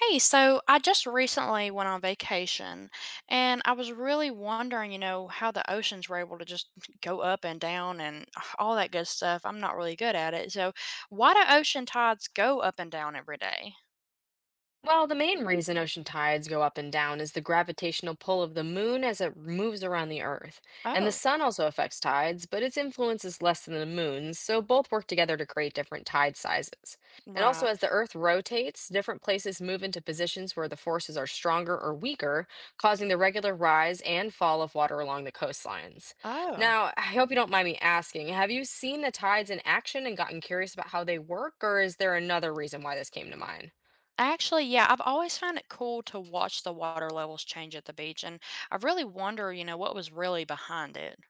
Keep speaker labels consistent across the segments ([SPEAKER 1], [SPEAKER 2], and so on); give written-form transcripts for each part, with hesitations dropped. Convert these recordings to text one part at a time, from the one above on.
[SPEAKER 1] Hey, so I just recently went on vacation and I was really wondering, how the oceans were able to just go up and down and all that good stuff. I'm not really good at it. So, why do ocean tides go up and down every day?
[SPEAKER 2] Well, the main reason ocean tides go up and down is the gravitational pull of the moon as it moves around the Earth. And the
[SPEAKER 1] Oh,
[SPEAKER 2] sun also affects tides, but its influence is less than the moon's, so both work together to create different tide sizes. And also,
[SPEAKER 1] right.
[SPEAKER 2] as the Earth rotates, different places move into positions where the forces are stronger or weaker, causing the regular rise and fall of water along the coastlines.
[SPEAKER 1] Oh.
[SPEAKER 2] Now, I hope you don't mind me asking, have you seen the tides in action and gotten curious about how they work, or is there another reason why this came to mind?
[SPEAKER 1] Actually, yeah, I've always found it cool to watch the water levels change at the beach and I really wonder, what was really behind it.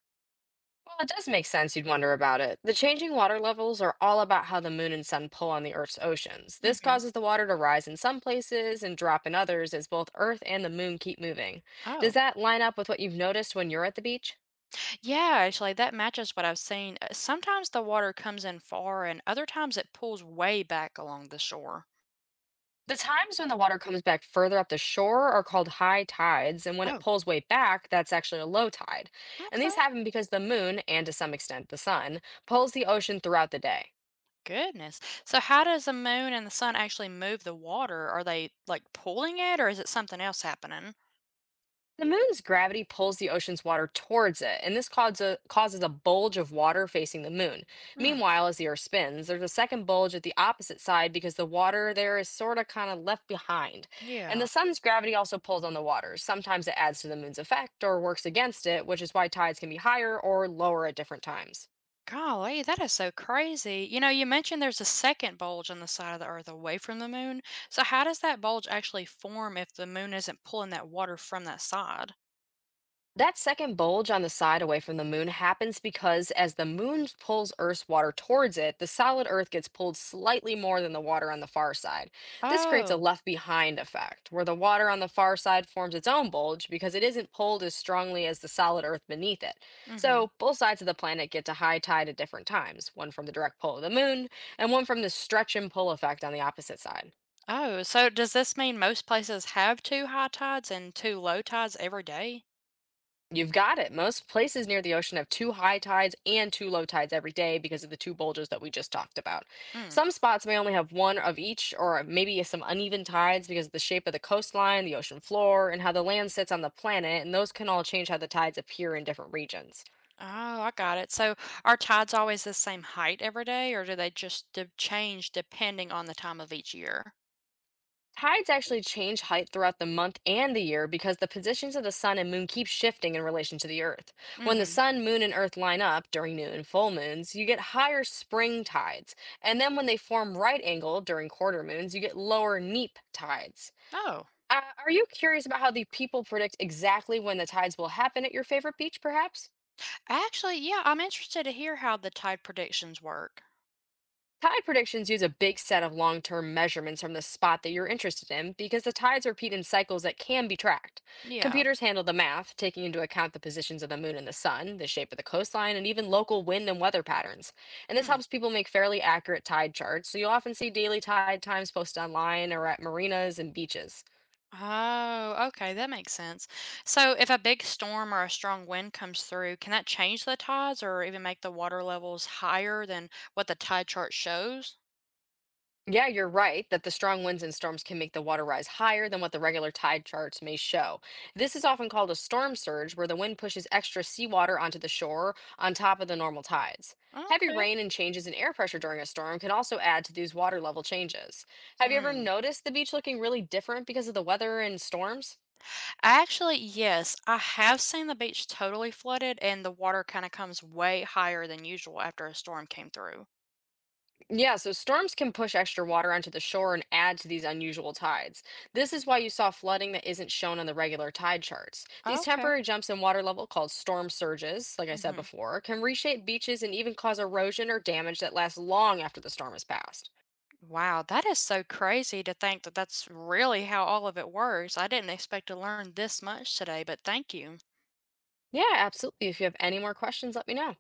[SPEAKER 2] Well, it does make sense you'd wonder about it. The changing water levels are all about how the moon and sun pull on the Earth's oceans. This
[SPEAKER 1] Mm-hmm.
[SPEAKER 2] causes the water to rise in some places and drop in others as both Earth and the moon keep moving. Does
[SPEAKER 1] Oh.
[SPEAKER 2] that line up with what you've noticed when you're at the beach?
[SPEAKER 1] Yeah, actually, that matches what I have seen. Sometimes the water comes in far, and other times it pulls way back along the shore.
[SPEAKER 2] The times when the water comes back further up the shore are called high tides, and when it
[SPEAKER 1] Oh,
[SPEAKER 2] pulls way back, that's actually a low tide. And these
[SPEAKER 1] okay.
[SPEAKER 2] happen because the moon, and to some extent the sun, pulls the ocean throughout the day.
[SPEAKER 1] Goodness. So, how does the moon and the sun actually move the water? Are they like pulling it, or is it something else happening?
[SPEAKER 2] The moon's gravity pulls the ocean's water towards it, and this causes a bulge of water facing the moon.
[SPEAKER 1] Hmm.
[SPEAKER 2] Meanwhile, as the Earth spins, there's a second bulge at the opposite side because the water there is sort of kind of left behind. And the
[SPEAKER 1] Yeah.
[SPEAKER 2] sun's gravity also pulls on the water. Sometimes it adds to the moon's effect or works against it, which is why tides can be higher or lower at different times.
[SPEAKER 1] Golly, that is so crazy. You know, you mentioned there's a second bulge on the side of the Earth away from the moon. So, how does that bulge actually form if the moon isn't pulling that water from that side?
[SPEAKER 2] That second bulge on the side away from the moon happens because as the moon pulls Earth's water towards it, the solid Earth gets pulled slightly more than the water on the far side. This creates a
[SPEAKER 1] Oh.
[SPEAKER 2] left behind effect, where the water on the far side forms its own bulge because it isn't pulled as strongly as the solid Earth beneath it.
[SPEAKER 1] Mm hmm.
[SPEAKER 2] So both sides of the planet get to high tide at different times, one from the direct pull of the moon, and one from the stretch and pull effect on the opposite side.
[SPEAKER 1] Oh, so does this mean most places have two high tides and two low tides every day?
[SPEAKER 2] You've got it. Most places near the ocean have two high tides and two low tides every day because of the two bulges that we just talked about.
[SPEAKER 1] Mm.
[SPEAKER 2] Some spots may only have one of each, or maybe some uneven tides because of the shape of the coastline, the ocean floor, and how the land sits on the planet, and those can all change how the tides appear in different regions.
[SPEAKER 1] Oh, I got it. So are tides always the same height every day, or do they just change depending on the time of each year?
[SPEAKER 2] Tides actually change height throughout the month and the year because the positions of the sun and moon keep shifting in relation to the earth. When the
[SPEAKER 1] Mm-hmm.
[SPEAKER 2] sun, moon, and earth line up during new and full moons, you get higher spring tides. And then when they form right angle during quarter moons, you get lower neap tides.
[SPEAKER 1] Oh,
[SPEAKER 2] Are you curious about how the people predict exactly when the tides will happen at your favorite beach, perhaps?
[SPEAKER 1] actually, yeah, I'm interested to hear how the tide predictions work.
[SPEAKER 2] Tide predictions use a big set of long term measurements from the spot that you're interested in because the tides repeat in cycles that can be tracked.
[SPEAKER 1] Yeah.
[SPEAKER 2] Computers handle the math, taking into account the positions of the moon and the sun, the shape of the coastline, and even local wind and weather patterns. And this
[SPEAKER 1] Hmm.
[SPEAKER 2] helps people make fairly accurate tide charts, so you'll often see daily tide times posted online or at marinas and beaches.
[SPEAKER 1] Oh, okay, that makes sense. So if a big storm or a strong wind comes through, can that change the tides or even make the water levels higher than what the tide chart shows?
[SPEAKER 2] Yeah, you're right that the strong winds and storms can make the water rise higher than what the regular tide charts may show. This is often called a storm surge, where the wind pushes extra seawater onto the shore on top of the normal tides. Heavy
[SPEAKER 1] Okay.
[SPEAKER 2] rain and changes in air pressure during a storm can also add to these water level changes. Have you ever
[SPEAKER 1] Mm.
[SPEAKER 2] noticed the beach looking really different because of the weather and storms?
[SPEAKER 1] Actually, yes, I have seen the beach totally flooded and the water kind of comes way higher than usual after a storm came through.
[SPEAKER 2] Yeah, so storms can push extra water onto the shore and add to these unusual tides. This is why you saw flooding that isn't shown on the regular tide charts. These
[SPEAKER 1] Okay.
[SPEAKER 2] temporary jumps in water level, called storm surges, like I said
[SPEAKER 1] Hmm.
[SPEAKER 2] before, can reshape beaches and even cause erosion or damage that lasts long after the storm has passed.
[SPEAKER 1] Wow, that is so crazy to think that that's really how all of it works. I didn't expect to learn this much today, but thank you.
[SPEAKER 2] Yeah, absolutely. If you have any more questions, let me know.